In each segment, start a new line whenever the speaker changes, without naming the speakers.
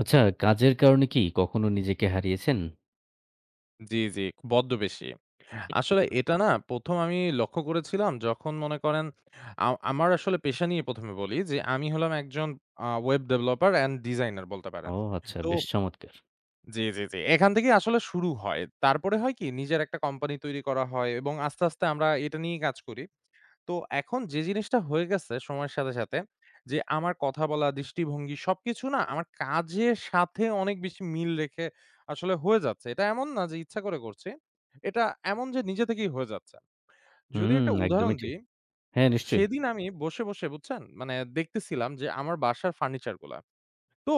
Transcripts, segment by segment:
আচ্ছা, কাজের কারণে কি কখনো নিজেকে হারিয়েছেন?
জি, জি, বড্ড বেশি। আসলে এটা না ১ম আমি লক্ষ্য করেছিলাম যখন মনে করেন আ আমার আসলে পেশা নিয়ে ১ম এ বলি যে আমি হলাম একজন ওয়েব ডেভেলপার অ্যান্ড ডিজাইনার বলতে পারেন।
ও আচ্ছা,
তো
বেশ চমৎকার!
জি, জি, জি। এখান থেকেই আসলে শুরু হয়। তারপরে হয় কি নিজের একটা কোম্পানি তৈরি করা হয় এবং আস্তে, আস্তে আমরা এটা নিয়েই কাজ করি। তো এখন যে জিনিসটা হয়ে গেছে সময়ের সাথে, সাথে যে আমার কথা বলা, দৃষ্টিভঙ্গি সবকিছু না আমার কাজের সাথে অনেক বেশি মিল রেখে আসলে হয়ে যাচ্ছে। এটা এমন না যে ইচ্ছা করে করছি। এটা এমন যে নিজে থেকেই হয়ে যাচ্ছে। যদি
হুম,
একটা উদাহরণ
একদমই ঠিক।
দিই,
হ্যাঁ, নিশ্চয়ই।
সেদিন আমি বসে, বসে বুঝছেন? মানে দেখতেছিলাম যে আমার বাসার ফার্নিচারগুলা। তো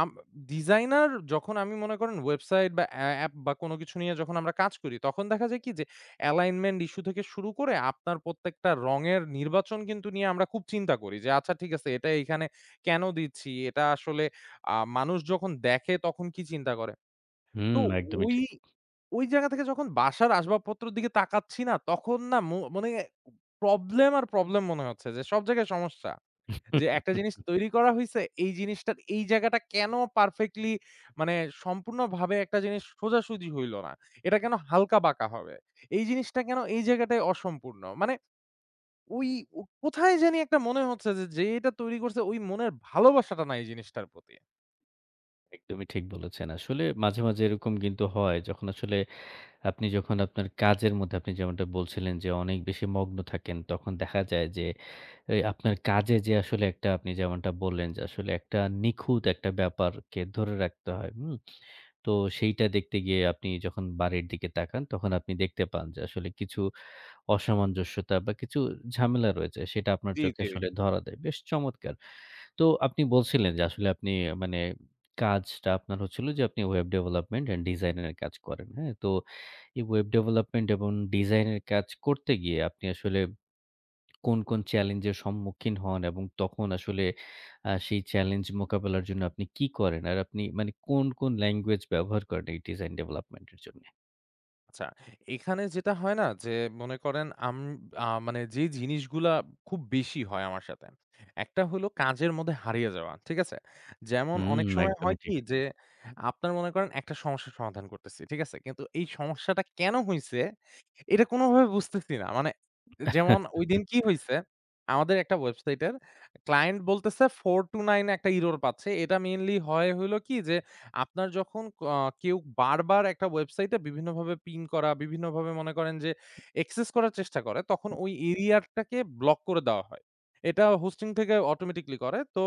আম ডিজাইনার যখন আমি মনে করেন ওয়েবসাইট বা অ্যাপ বা কোনো কিছু নিয়ে যখন আমরা কাজ করি, তখন দেখা যায় কি যে অ্যালাইনমেন্ট ইস্যু থেকে শুরু করে আপনার প্রত্যেকটা রঙের নির্বাচন কিন্তু নিয়ে আমরা খুব চিন্তা করি যে, "আচ্ছা ঠিক আছে এটা এইখানে কেন দিচ্ছি? এটা আসলে মানুষ যখন দেখে তখন কি চিন্তা করে?" তো
হুম, একদমই
ওই
ঠিক।
ওই জায়গা থেকে যখন বাসার আসবাবপত্রের দিকে তাকাচ্ছি না, তখন না মানে প্রবলেম আর প্রবলেম মনে হচ্ছে যে সব জায়গায় সমস্যা।
হুম,
যে একটা জিনিস তৈরি করা হইছে, এই জিনিসটার এই জায়গাটা কেন পারফেক্টলি মানে সম্পূর্ণভাবে একটা জিনিস সোজাসুজি হইল না? এটা কেন হালকা-বাঁকা হবে? এই জিনিসটা কেন এই জায়গাটায় অসম্পূর্ণ? মানে ওই ও কোথায় জানি একটা মনে হচ্ছে যে, যে এটা তৈরি করছে ওই মনের ভালোবাসাটা নাই এই জিনিসটার প্রতি।
একদমই ঠিক বলেছেন। আসলে মাঝে, মাঝে এরকম কিন্তু হয় যখন আসলে আপনি যখন আপনার কাজের মধ্যে আপনি যেমনটা বলছিলেন যে অনেক বেশি মগ্ন থাকেন, তখন দেখা যায় যে এই আপনার কাজে যে আসলে একটা আপনি যেমনটা বললেন যে আসলে একটা নিখুঁত একটা ব্যাপারকে ধরে রাখতে হয়। হুম? তো সেইটা দেখতে গিয়ে আপনি যখন বাড়ির দিকে তাকান তখন আপনি দেখতে পান যে আসলে কিছু অসামঞ্জস্যতা বা কিছু ঝামেলা রয়েছে সেটা আপনার
জি,
চোখে
জি।
আসলে ধরা দেয়। বেশ চমৎকার। তো আপনি বলছিলেন যে আসলে আপনি মানে কাজটা আপনার হচ্ছিল যে আপনি ওয়েব ডেভেলপমেন্ট অ্যান্ড ডিজাইন এর কাজ করেন। হ্যাঁ? তো এই ওয়েব ডেভেলপমেন্ট এবং ডিজাইন এর কাজ করতে গিয়ে আপনি আসলে কোন, কোন চ্যালেঞ্জ এর সম্মুখীন হন এবং তখন আসলে সেই চ্যালেঞ্জ মোকাবেলার জন্য আপনি কি করেন? আর আপনি মানে কোন, কোন ল্যাঙ্গুয়েজ ব্যবহার করেন এই ডিজাইন ডেভেলপমেন্ট এর জন্যে?
আচ্ছা, এখানে যেটা হয় না যে মনে করেন আম আ মানে যে জিনিসগুলা খুব বেশি হয় আমার সাথে। একটা হলো কাজের মধ্যে হারিয়ে যাওয়া। ঠিক আছে? যেমন
হুম,
অনেক সময় হয়
একদমই
কি
ঠিক।
যে আপনার মনে করেন একটা সমস্যার সমাধান করতেছি। ঠিক আছে? কিন্তু এই সমস্যাটা কেন হইছে এটা কোনভাবে বুঝতেছি না। মানে যেমন ঐদিন কি হইছে আমাদের একটা ওয়েবসাইটের ক্লায়েন্ট বলতেছে 429 একটা ইরর পাচ্ছে। এটা মেইনলি হয় হইলো কি যে আপনার যখন ক আ কেউ বারবার একটা ওয়েবসাইটে বিভিন্নভাবে পিং করা, বিভিন্নভাবে মনে করেন যে অ্যাক্সেস করার চেষ্টা করে, তখন ওই এরিয়াটাকে ব্লক করে দেওয়া হয়। এটা হোস্টিং থেকে অটোমেটিক্যালি করে। তো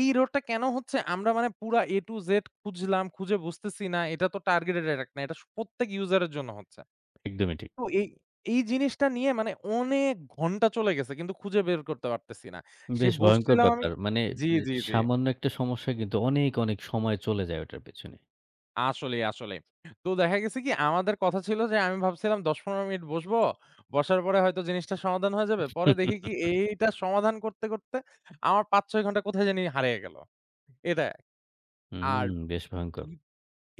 এই রোডটা কেন হচ্ছে? আমরা মানে পুরা A to Z খুঁজলাম, খুঁজে বুঝতেছি না। এটা তো টার্গেটেড অ্যাটাক না। এটা স প্রত্যেক ইউজারের জন্য হচ্ছে।
একদমই ঠিক।
তো এই এই জিনিসটা নিয়ে মানে অনেক ঘন্টা চলে গেছে কিন্তু খুঁজে বের করতে পারতেছি না। সে
বেশ ভয়ংকর
বসছিলাম আমি
ব্যাপার। মানে
জি,
এ
জি, জি।
সামান্য একটা সমস্যা কিন্তু অনেক, অনেক সময় চলে যায় ওটার পেছনে।
আসলেই, আসলেই। তো দেখা গেছে কি আমাদের কথা ছিল যে আমি ভাবছিলাম ১০-১৫ মিনিট বসবো। বসার পরে হয়তো জিনিসটা সমাধান হয়ে যাবে। পরে দেখি কি এইটা সমাধান করতে, করতে আমার ৫-৬ ঘন্টা কোথায় জানি হারিয়ে গেল। এটা আর
হুম, বেশ ভয়ংকর।
তুই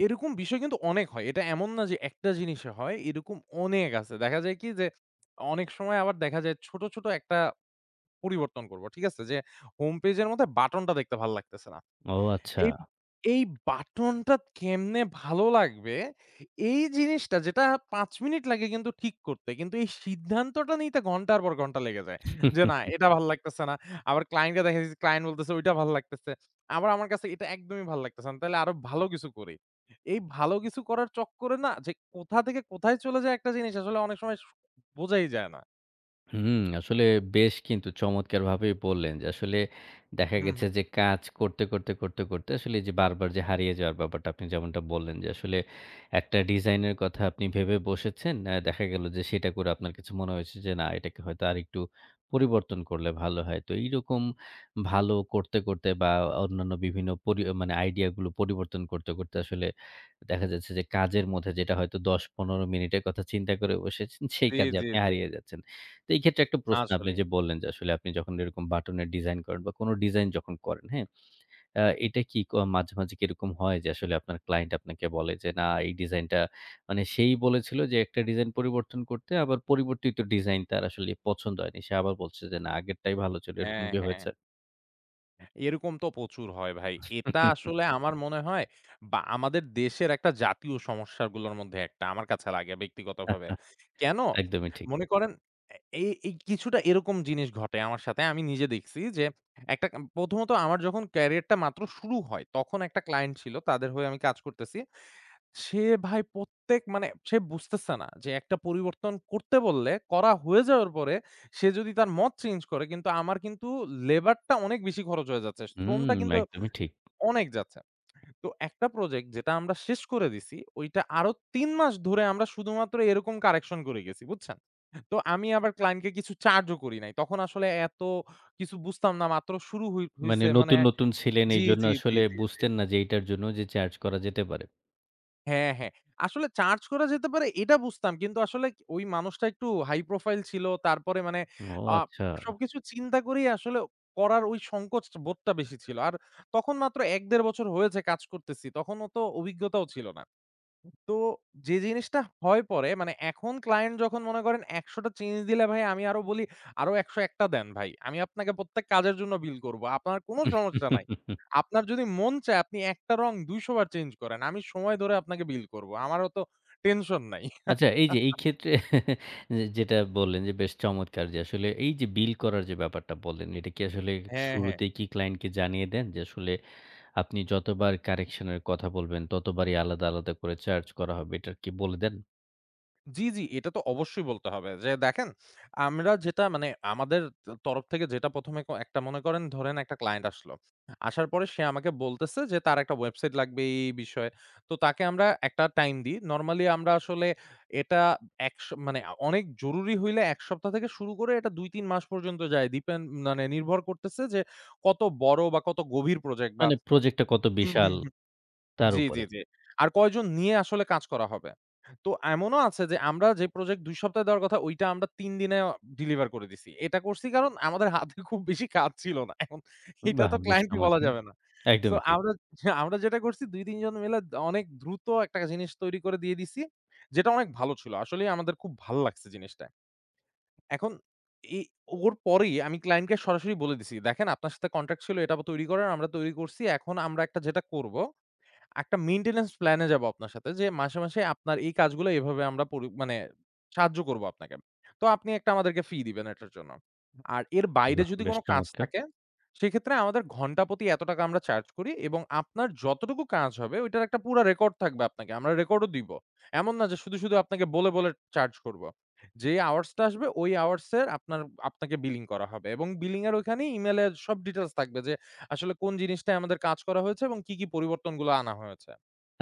এরকম বিষয় কিন্তু অনেক হয়। এটা এমন না যে একটা জিনিসে হয়, এরকম অনেক আছে। দেখা যায় কি যে অনেক সময় আবার দেখা যায় ছোট, ছোট একটা পরিবর্তন করব। ঠিক আছে? যে হোম পেজের মধ্যে বাটনটা দেখতে ভাল লাগতেছে না।
ও আচ্ছা।
এই এই বাটনটা কেমনে ভালো লাগবে, এই জিনিসটা যেটা ৫ মিনিট লাগে কিন্তু ঠিক করতে। কিন্তু এই সিদ্ধান্তটা নিতে ঘন্টার পর ঘন্টা লেগে যায়। যে না এটা ভাল লাগতেছে না। আবার ক্লায়েন্টকে দেখা যাচ্ছে ক্লায়েন্ট বলতেছে ওইটা ভাল লাগতেছে। আবার আমার কাছে এটা একদমই ভাল লাগতেছে না। তাইলে আরো ভালো কিছু করি। এই ভালো কিছু করার চক্করে না যে কোথা থেকে কোথায় চলে যায় একটা জিনিস আসলে অনেক সময় স বোঝাই যায় না।
হুম, আসলে বেশ কিন্তু চমৎকারভাবেই বললেন যে আসলে দেখা
হুম,
গেছে
হুম।
যে কাজ করতে, করতে, করতে, করতে আসলে যে বারবার যে হারিয়ে যাওয়ার ব্যাপারটা আপনি যেমনটা বললেন যে আসলে একটা ডিজাইনের কথা আপনি ভেবে বসেছেন। দেখা গেল যে সেটা করে আপনার কাছে মনে হয়েছে যে না এটাকে হয়তো আরেকটু পরিবর্তন করলে ভালো হয়। তো এইরকম ভালো করতে, করতে বা অন্যান্য বিভিন্ন পরি মানে আইডিয়া গুলো পরিবর্তন করতে, করতে, আসলে দেখা যাচ্ছে যে কাজের মধ্যে যেটা হয়তো ১০-১৫ মিনিটের কথা চিন্তা করে বসেছেন সেই
জি,
কাজে
জি,
আপনি
জি।
হারিয়ে যাচ্ছেন। তো এই ক্ষেত্রে একটা প্রশ্ন আপনি
আসলেই।
যে বললেন যে আসলে আপনি যখন এরকম বাটনের ডিজাইন করেন বা কোনো ডিজাইন যখন করেন, হ্যাঁ? এটা কি মাঝে, মাঝে কি এরকম হয় যে আসলে আপনার ক্লায়েন্ট আপনাকে বলে যে, "না, এই ডিজাইনটা" মানে সেই বলেছিল যে একটা ডিজাইন পরিবর্তন করতে, আবার পরিবর্তিত ডিজাইন তার আসলে পছন্দ হয়নি। সে আবার বলছে যে, "না, আগেরটাই ভালো ছিল।" এরকম
হ্যাঁ,
কি
হ্যাঁ।
হয়েছে?
এরকম তো প্রচুর হয় ভাই। এটা আসলে আমার মনে হয় বা আমাদের দেশের একটা জাতীয় সমস্যাগুলোর মধ্যে একটা আমার কাছে লাগে ব্যক্তিগতভাবে। কেন?
একদমই ঠিক।
মনে করেন এ এই এই কিছুটা এরকম জিনিস ঘটে আমার সাথে। আমি নিজে দেখছি যে একটা প্রথমত আমার যখন ক্যারিয়ারটা মাত্র শুরু হয়, তখন একটা ক্লায়েন্ট ছিল। তাদের হয়ে আমি কাজ করতেছি। সে ভাই মানে সে বুঝতেছে না যে একটা পরিবর্তন করতে বললে করা হয়ে যাওয়ার পরে সে যদি তার মত চেঞ্জ করে কিন্তু আমার কিন্তু লেবারটা অনেক বেশি খরচ হয়ে যাচ্ছে। শ্রমটা
হুম,
কিন্তু
একদমই ঠিক।
অনেক যাচ্ছে। তো একটা প্রজেক্ট যেটা আমরা শেষ করে দিছি ওইটা আরো ৩ মাস ধরে আমরা শুধুমাত্র এরকম কারেকশন করে গেছি, বুঝছেন? তো আমি আবার ক্লায়েন্টকে কিছু চার্জও করি নাই। তখন আসলে এত কিছু বুঝতাম না মাত্র শুরু হই
মানে
হইছে মানে
নতুন, নতুন ছিলেন
জি,
এইজন্য
জি, জি,
আসলে
জি, জি।
বুঝতেন না যে এইটার জন্য যে চার্জ করা যেতে পারে।
হ্যাঁ, হ্যাঁ। আসলে চার্জ করা যেতে পারে এটা বুঝতাম। কিন্তু আসলে ওই মানুষটা একটু হাই প্রোফাইল ছিল। তারপরে মানে
ও
আ
আচ্ছা।
সবকিছু চিন্তা করেই আসলে করার ওই সংকোচ বোধটা বেশি ছিল। আর তখন মাত্র ১-১.৫ বছর হয়েছে কাজ করতেছি। তখনও তো অভিজ্ঞতাও ছিল না। তো যে জিনিসটা হয় পরে মানে এখন ক্লায়েন্ট যখন মনে করেন ১০০ টা চেঞ্জ দিলে ভাই আমি আরো বলি, "আরো ১০১ টা দেন ভাই। আমি আপনাকে প্রত্যেক কাজের জন্য বিল করব। আপনার কোনো সমস্যা নাই। আপনার যদি মন চায় আপনি একটা রং ২০০ বার চেঞ্জ করেন। আমি সময় ধরে আপনাকে বিল করব। আমারও তো টেনশন নাই।"
আচ্ছা এই যে এই ক্ষেত্রে যেটা বললেন যে বেশ চমৎকার যে আসলে এই যে বিল করার যে ব্যাপারটা বললেন, এটা কি আসলে
হ্যাঁ, হ্যাঁ।
শুরুতেই কি ক্লায়েন্টকে জানিয়ে দেন যে আসলে আপনি যতবার কারেকশন এর কথা বলবেন ততবারই আলাদা, আলাদা করে চার্জ করা হবে এটা কি বলে দেন?
জি, জি, এটা তো অবশ্যই বলতে হবে যে দেখেন, আমরা যেটা মানে আমাদের তরফ থেকে যেটা ১ম এ একটা মনে করেন ধরেন একটা ক্লায়েন্ট আসলো। আসার পরে সে আমাকে বলতেছে যে তার একটা ওয়েবসাইট লাগবে এই বিষয়ে। তো তাকে আমরা একটা টাইম দিই। নরমালি আমরা আসলে এটা একশ মানে আ অনেক জরুরি হইলে ১ সপ্তাহ থেকে শুরু করে এটা ২-৩ মাস পর্যন্ত যায়। ডিপেন্ড মানে নির্ভর করতেছে যে কত বড় বা কত গভীর প্রজেক্ট বা
মানে প্রজেক্টটা কত
হুম,
বিশাল
হুম, হুম।
তার
জি, জি,
উপরে।
জি। আর কয়জন নিয়ে আসলে কাজ করা হবে? তো এমনও আছে যে আমরা যে প্রজেক্ট ২ সপ্তাহে দেওয়ার কথা ওইটা আমরা ৩ দিনে ডেলিভার করে দিছি। এটা করছি কারণ আমাদের হাতে খুব বেশি কাজ ছিল না। এখন এটা
বাহ!
তো
বেশ
ক্লায়েন্টকে বলা
চমৎকার।
যাবে না। সো
একদমই ঠিক।
আমরা আমরা যেটা করছি ২-৩ জন মিলে অনেক দ্রুত একটা জিনিস তৈরি করে দিয়ে দিছি। যেটা অনেক ভালো ছিল। আসলেই আমাদের খুব ভালো লাগছে জিনিসটা। এখন এ ওর পরেই আমি ক্লায়েন্টকে সরাসরি বলে দিছি, "দেখেন আপনার সাথে কনট্রাক্ট ছিল এটা তৈরি করার, আমরা তৈরি করছি। এখন আমরা একটা যেটা করব" একটা মেইনটেন্যান্স প্ল্যান এ যাবো আপনার সাথে যে মাসে, মাসে আপনার এই কাজগুলো এভাবে আমরা পরি মানে সাহায্য করব আপনাকে। তো আপনি একটা আমাদেরকে ফি দিবেন এটার জন্য। আর এর বাইরে
বাহ!
যদি
বেশ
কোন কাজ
চমৎকার।
থাকে, সেক্ষেত্রে আমাদের ঘন্টাপ্রতি এত টাকা আমরা চার্জ করি এবং আপনার যতটুকু কাজ হবে ওইটার একটা পুরা রেকর্ড থাকবে আপনাকে। আমরা রেকর্ডও দিব। এমন না যে শুধু, শুধু আপনাকে বলে, বলে চার্জ করব। যে আওয়ার্স টা আসবে ওই আওয়ার্স এর আপনার আপনাকে বিলিং করা হবে এবং বিলিং এর ওইখানে ইমেইলে সব ডিটেইলস থাকবে যে আসলে কোন জিনিসটায় আমাদের কাজ করা হয়েছে এবং কি, কি পরিবর্তনগুলো আনা হয়েছে।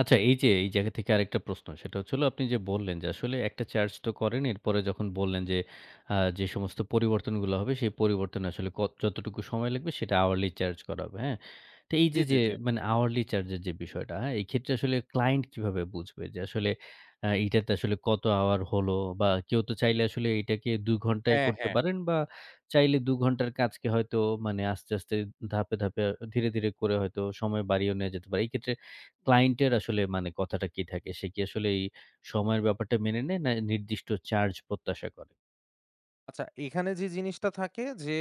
আচ্ছা এই যে এই জায়গা থেকে আরেকটা প্রশ্ন সেটা হচ্ছিল আপনি যে বললেন যে আসলে একটা চার্জ তো করেন এরপরে যখন বললেন যে যে সমস্ত পরিবর্তনগুলো হবে সেই পরিবর্তনে আসলে কত যতটুকু সময় লাগবে সেটা hourly চার্জ করা হবে, হ্যাঁ? তো এই
জি,
যে,
জি,
যে
জি।
মানে hourly চার্জের যে বিষয়টা, হ্যাঁ? এই ক্ষেত্রে আসলে ক্লায়েন্ট কিভাবে বুঝবে যে আসলে এইটাতে আসলে কত আওয়ার হলো বা কেউ তো চাইলে আসলে এটাকে ২ ঘন্টায়
হ্যাঁ,
করতে
হ্যাঁ।
পারেন বা চাইলে ২ ঘন্টার কাজকে হয়তো মানে আস্তে, আস্তে ধাপে, ধাপে ধীরে, ধীরে করে হয়তো সময় বাড়িয়েও নেয়া যেতে পারে। এই ক্ষেত্রে ক্লায়েন্ট এর আসলে মানে কথাটা কি থাকে? সে কি আসলে এই সময়ের ব্যাপারটা মেনে নেয়? না নির্দিষ্ট চার্জ প্রত্যাশা করে?
আচ্ছা, এখানে যে জিনিসটা থাকে যে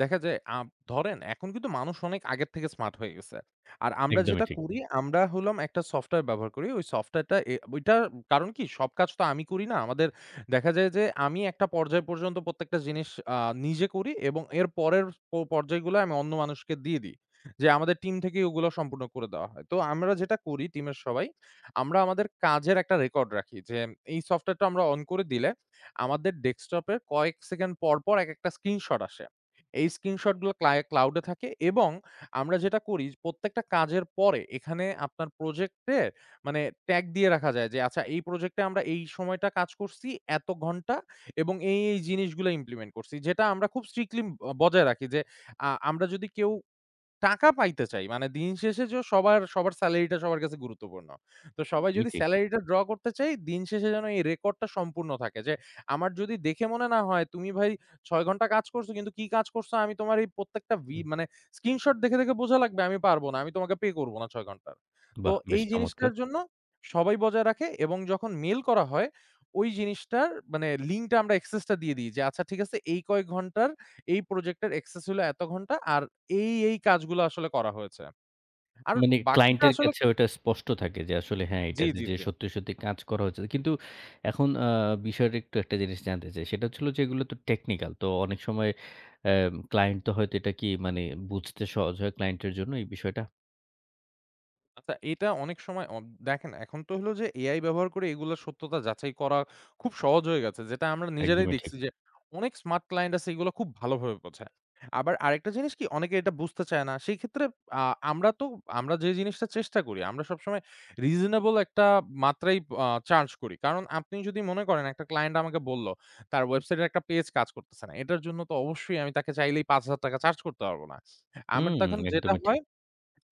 দেখা যায় ধরেন এখন কিন্তু মানুষ অনেক আগের থেকে স্মার্ট হয়ে গেছে। আর আমরা
একদমই
যেটা
ঠিক,
করি আমরা হলাম একটা সফটওয়্যার ব্যবহার করি। ওই সফটওয়্যারটা ওইটার কারণ কি সব কাজ তো আমি করি না। আমাদের দেখা যায় যে আমি একটা পর্যায় পর্যন্ত প্রত্যেকটা জিনিস আ নিজে করি এবং এর পরের পর্যায়গুলো আমি অন্য মানুষকে দিয়ে দিই। যে আমাদের টিম থেকেই ওগুলো সম্পূর্ণ করে দেওয়া হয়। তো আমরা যেটা করি টিমের সবাই, আমরা আমাদের কাজের একটা রেকর্ড রাখি যে এই সফটওয়্যারটা আমরা অন করে দিলে আমাদের ডেস্কটপে কয়েক সেকেন্ড পর, পর একেকটা স্ক্রিনশট আসে। এই স্ক্রিনশটগুলো ক্লাউড এ থাকে এবং আমরা যেটা করি প্রত্যেকটা কাজের পরে এখানে আপনার প্রজেক্টে মানে ট্যাগ দিয়ে রাখা যায় যে আচ্ছা এই প্রজেক্টে আমরা এই সময়টা কাজ করছি, এত ঘন্টা এবং এই, এই জিনিসগুলো ইমপ্লিমেন্ট করছি। যেটা আমরা খুব স্ট্রিক্টলি বজায় রাখি যে আমরা যদি কেউ টাকা পাইতে চাই। মানে দিন শেষে যে সবার, সবার সেলারিটা সবার কাছে গুরুত্বপূর্ণ। তো সবাই
একদমই
যদি
ঠিক।
সেলারিটা ড্র করতে চাই, দিন শেষে যেন এই রেকর্ডটা সম্পূর্ণ থাকে। যে আমার যদি দেখে মনে না হয় তুমি ভাই ৬ ঘন্টা কাজ করছো কিন্তু কি কাজ করছো আমি তোমার এই প্রত্যেকটা
উম
মানে স্ক্রিনশট দেখে, দেখে বোঝা লাগবে আমি পারবো না। আমি তোমাকে পে করব না ৬ ঘন্টার। তো
বাহ! বেশ
এই
চমৎকার।
জিনিসটার জন্য সবাই বজায় রাখে এবং যখন মেইল করা হয় ওই জিনিসটার মানে লিঙ্কটা আমরা অ্যাক্সেসটা দিয়ে দিই যে আচ্ছা ঠিক আছে এই কয়েক ঘন্টার এই প্রজেক্টের অ্যাক্সেস হলো এত ঘন্টা আর এই, এই কাজগুলো আসলে করা হয়েছে। আর
মানে ক্লায়েন্ট
বাকিটা
এর
আসলে
কাছে ওটা স্পষ্ট থাকে যে আসলে হ্যাঁ,
জি,
এটাতে
জি,
যে
জি।
সত্যি, সত্যি কাজ করা হচ্ছে। কিন্তু এখন বিষয়ের একটু একটা জিনিস জানতে চাই। সেটা হচ্ছিল যে এগুলো তো টেকনিক্যাল। তো অনেক সময় ক্লায়েন্ট তো হয়তো এটা কি মানে বুঝতে সহজ হয় ক্লায়েন্টের জন্য এই বিষয়টা?
আচ্ছা এটা অনেক সময় দেখেন এখন তো হলো যে এআই ব্যবহার করে এগুলার সত্যতা যাচাই করা খুব সহজ হয়ে গেছে। যেটা আমরা নিজেরাই
একদমই ঠিক।
দেখছি যে অনেক স্মার্ট ক্লায়েন্ট আছে এগুলো খুব ভালোভাবে বোঝায়। আবার আরেকটা জিনিস কি অনেকে এটা বুঝতে চায় না। সেই ক্ষেত্রে আ আমরা তো আমরা যে জিনিসটা চেষ্টা করি আমরা সবসময় রিজনেবল একটা মাত্রায় চার্জ করি। কারণ আপনি যদি মনে করেন একটা ক্লায়েন্ট আমাকে বলল তার ওয়েবসাইটের একটা পেজ কাজ করতেছে না। এটার জন্য তো অবশ্যই আমি তাকে চাইলেই ৳৫,০০০ চার্জ করতে পারব না। আমার
হুম,
তখন যেটা
একদমই
হয়
ঠিক।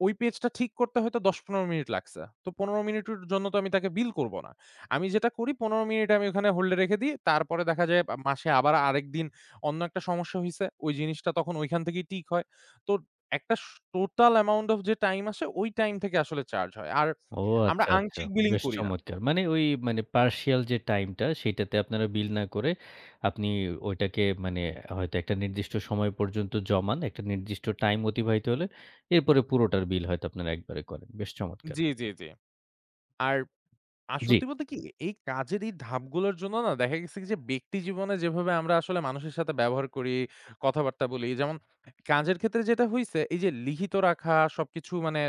ওই পেজটা ঠিক করতে হয়তো ১০-১৫ মিনিট লাগছে। তো ১৫ মিনিটের জন্য তো আমি তাকে বিল করব না। আমি যেটা করি ১৫ মিনিট আমি ওখানে হোল্ড এ রেখে দিই। তারপরে দেখা যায় মাসে আবার আরেকদিন অন্য একটা সমস্যা হইছে। ওই জিনিসটা তখন ওইখান থেকেই ঠিক হয়। তো একটা টোটাল অ্যামাউন্ট ওফ যে টাইম আসে ওই টাইম থেকে আসলে চার্জ হয়। আর
ও
আমরা
আচ্ছা, আচ্ছা।
আংশিক বিলিং
বেশ
করি না।
চমৎকার। মানে ওই মানে পার্সিয়াল যে টাইমটা সেটাতে আপনারা বিল না করে আপনি ওইটাকে মানে হয়তো একটা নির্দিষ্ট সময় পর্যন্ত জমান, একটা নির্দিষ্ট টাইম অতিবাহিত হলে এরপরে পুরোটার বিল হয়তো আপনারা একবারে করেন। বেশ চমৎকার।
জি, জি, জি। আর আর
জি।
সত্যি বলতে কি এই কাজের এই ধাপগুলোর জন্য না দেখা গেছে কি যে ব্যক্তি জীবনে যেভাবে আমরা আসলে মানুষের সাথে ব্যবহার করি, কথাবার্তা বলি যেমন কাজের ক্ষেত্রে যেটা হইছে এই যে লিখিত রাখা সবকিছু মানে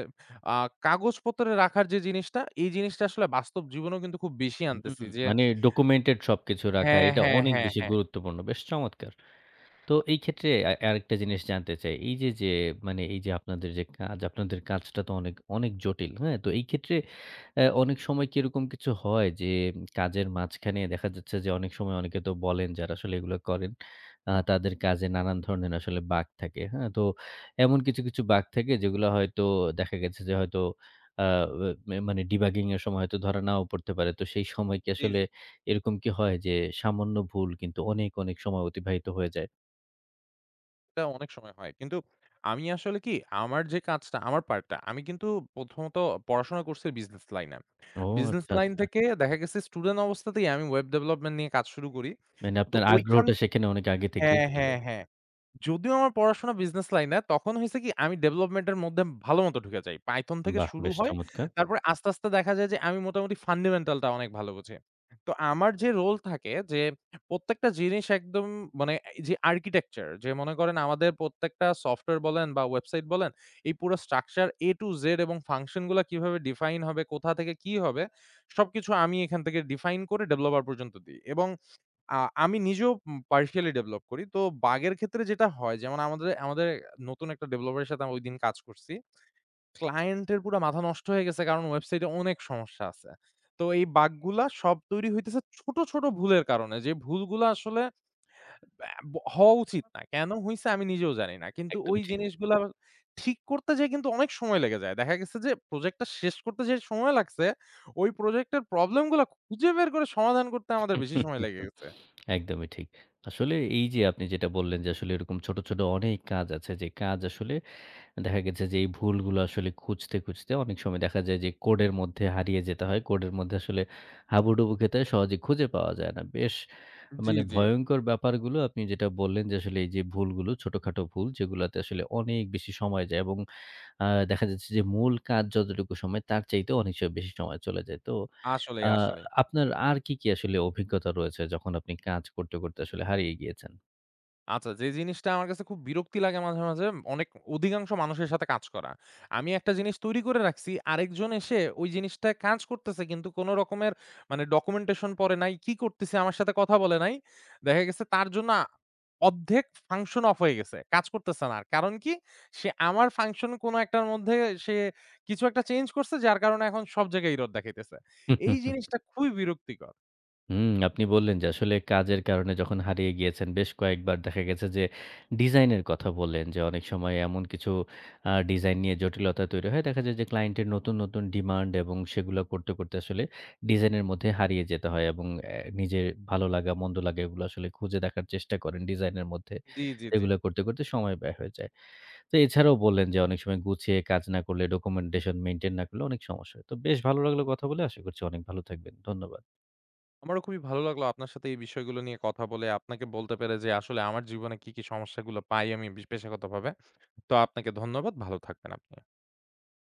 আ কাগজপত্রে রাখার যে জিনিসটা এই জিনিসটা আসলে বাস্তব জীবনেও কিন্তু খুব বেশি
হুম,
আনতেছি যে
মানে ডকুমেন্টেড সবকিছু রাখা
হ্যাঁ,
এটা
হ্যাঁ,
অনেক
হ্যাঁ,
বেশি
হ্যাঁ।
গুরুত্বপূর্ণ। বেশ চমৎকার। তো এই ক্ষেত্রে আরেকটা জিনিস জানতে চাই। এই যে মানে এই যে আপনাদের যে কাজ, আপনাদের কাজটা তো অনেক, অনেক জটিল। হ্যাঁ? তো এই ক্ষেত্রে অনেক সময় কি এরকম কিছু হয় যে কাজের মাঝখানে দেখা যাচ্ছে যে অনেক সময় অনেকে তো বলেন যারা আসলে এগুলো করেন তাদের কাজে নানান ধরনের আসলে বাঁক থাকে। হ্যাঁ? তো এমন কিছু, কিছু বাঁক থাকে যেগুলো হয়তো দেখা গেছে যে হয়তো আ মে মানে ডিবাগিং এর সময় হয়তো ধরা নাও পড়তে পারে। তো সেই সময় কি
জি,
আসলে
জি।
এরকম কি হয় যে সামান্য ভুল কিন্তু অনেক, অনেক সময় অতিবাহিত হয়ে যায়?
এটা অনেক সময় হয়। কিন্তু আমি আসলে কি আমার যে কাজটা, আমার পার্টটা আমি কিন্তু প্রথমত পড়াশোনা করছি বিজনেস লাইনে।
ও
বিজনেস
আচ্ছা,
লাইন
আচ্ছা।
থেকে দেখা গেছে স্টুডেন্ট অবস্থাতেই আমি ওয়েব ডেভেলপমেন্ট নিয়ে কাজ শুরু করি।
মানে
তো
আপনার আগ্রহটা সেখানে অনেক আগে থেকেই
হ্যাঁ,
ছিল।
হ্যাঁ, হ্যাঁ। যদিও আমার পড়াশোনা বিজনেস লাইনে, তখন হইছে কি আমি ডেভেলপমেন্ট এর মধ্যে ভালো মত ঢুকে যাই। Python থেকে
বাহ!
শুরু
বেশ
হয়।
চমৎকার।
তারপরে আস্তে, আস্তে দেখা যায় যে আমি মোটামুটি ফান্ডামেন্টাল টা অনেক ভালো বুঝি। তো আমার যে রোল থাকে যে প্রত্যেকটা জিনিস একদম মানে এই যে আর্কিটেকচার যে মনে করেন আমাদের প্রত্যেকটা সফটওয়্যার বলেন বা ওয়েবসাইট বলেন, এই পুরো স্ট্রাকচার A to Z এবং ফাংশন গুলা কিভাবে ডিফাইন হবে, কোথা থেকে কি হবে সবকিছু আমি এখান থেকে ডিফাইন করে ডেভেলপার পর্যন্ত দিই এবং আ আমি নিজেও partially ডেভেলপ করি। তো বাগের ক্ষেত্রে যেটা হয় যেমন আমাদের আমাদের নতুন একটা ডেভেলপারের সাথে আমি ঐদিন কাজ করছি। ক্লায়েন্টের পুরা মাথা নষ্ট হয়ে গেছে কারণ ওয়েবসাইটে অনেক সমস্যা আছে। তো এই বাগগুলা সব তৈরি হইতেছে ছোট, ছোট ভুলের কারণে। যে ভুলগুলা আসলে ব্যা ব হওয়া উচিত না। কেন হইছে আমি নিজেও জানি না। কিন্তু ওই
একদমই ঠিক।
জিনিসগুলা ঠিক করতে যেয়ে কিন্তু অনেক সময় লেগে যায়। দেখা গেছে যে প্রজেক্টটা শেষ করতে যে সময় লাগছে, ওই প্রজেক্টের প্রবলেম গুলা খুঁজে বের করে সমাধান করতে আমাদের
হুম,
বেশি সময়
হুম,
লেগে
হুম।
গেছে।
একদমই ঠিক। আসলে এই যে আপনি যেটা বললেন যে আসলে এরকম ছোট, ছোট অনেক কাজ আছে যে কাজ আসলে দেখা গেছে যে এই ভুলগুলো আসলে খুঁজতে, খুঁজতে অনেক সময় দেখা যায় যে কোডের মধ্যে হারিয়ে যেতে হয়। কোডের মধ্যে আসলে হাবুডুবু খেতে হয়, সহজে খুঁজে পাওয়া যায় না। বেশ
জি,
মানে
জি।
ভয়ংকর ব্যাপারগুলো আপনি যেটা বললেন যে আসলে এই যে ভুলগুলো, ছোটখাটো ভুল যেগুলাতে আসলে অনেক বেশি সময় যায় এবং দেখা যাচ্ছে যে মূল কাজ যতটুকু সময় তার চাইতেও অনেক সময় বেশি সময় চলে যায়। তো
আসলেই,
আ
আসলেই।
আপনার আর কি, কি আসলে অভিজ্ঞতা রয়েছে যখন আপনি কাজ করতে, করতে আসলে হারিয়ে গিয়েছেন?
আচ্ছা যে জিনিসটা আমার কাছে খুব বিরক্তি লাগে মাঝে, মাঝে অনেক অধিকাংশ মানুষের সাথে কাজ করা। আমি একটা জিনিস তৈরি করে রাখছি, আরেকজন এসে ওই জিনিসটায় কাজ করতেছে কিন্তু কোন রকমের মানে ডকুমেন্টেশন পড়ে নাই, কি করতেছি আমার সাথে কথা বলে নাই। দেখা গেছে তার জন্য অর্ধেক ফাংশন অফ হয়ে গেছে। কাজ করতেছে না আর। কারণ কি? সে আমার ফাংশন কোন একটার মধ্যে সে কিছু একটা চেঞ্জ করছে যার কারণে এখন সব জায়গায় এরর দেখাইতেছে।
হুম,
এই
হুম, হুম।
জিনিসটা খুবই বিরক্তিকর।
হুম, আপনি বললেন যে আসলে কাজের কারণে যখন হারিয়ে গিয়েছেন বেশ কয়েকবার দেখা গেছে যে ডিজাইনের কথা বললেন যে অনেক সময় এমন কিছু ডিজাইন নিয়ে জটিলতা তৈরি হয়। দেখা যায় যে ক্লায়েন্টের নতুন, নতুন ডিমান্ড এবং সেগুলো করতে, করতে আসলে ডিজাইনের মধ্যে হারিয়ে যেতে হয় এবং নিজের ভালো লাগা মন্দ লাগা এগুলো আসলে খুঁজে দেখার চেষ্টা করেন ডিজাইনের মধ্যে।
জি, জি, জি।
এগুলো করতে, করতে সময় ব্যয় হয়ে যায়। তো এছাড়াও বললেন যে অনেক সময় গুছিয়ে কাজ না করলে ডকুমেন্টেশন মেইনটেইন না করলে অনেক সমস্যা হয়। তো বেশ ভালো লাগলো কথা বলে। আশা করছি অনেক ভালো থাকবেন। ধন্যবাদ।
আমারও খুবই ভালো লাগলো আপনার সাথে এই বিষয়গুলো নিয়ে কথা বলে। আপনাকে বলতে পেরে যে আসলে আমার জীবনে কি, কি সমস্যাগুলো পাই আমি পেশাগতভাবে। তো আপনাকে ধন্যবাদ। ভালো থাকবেন আপনি।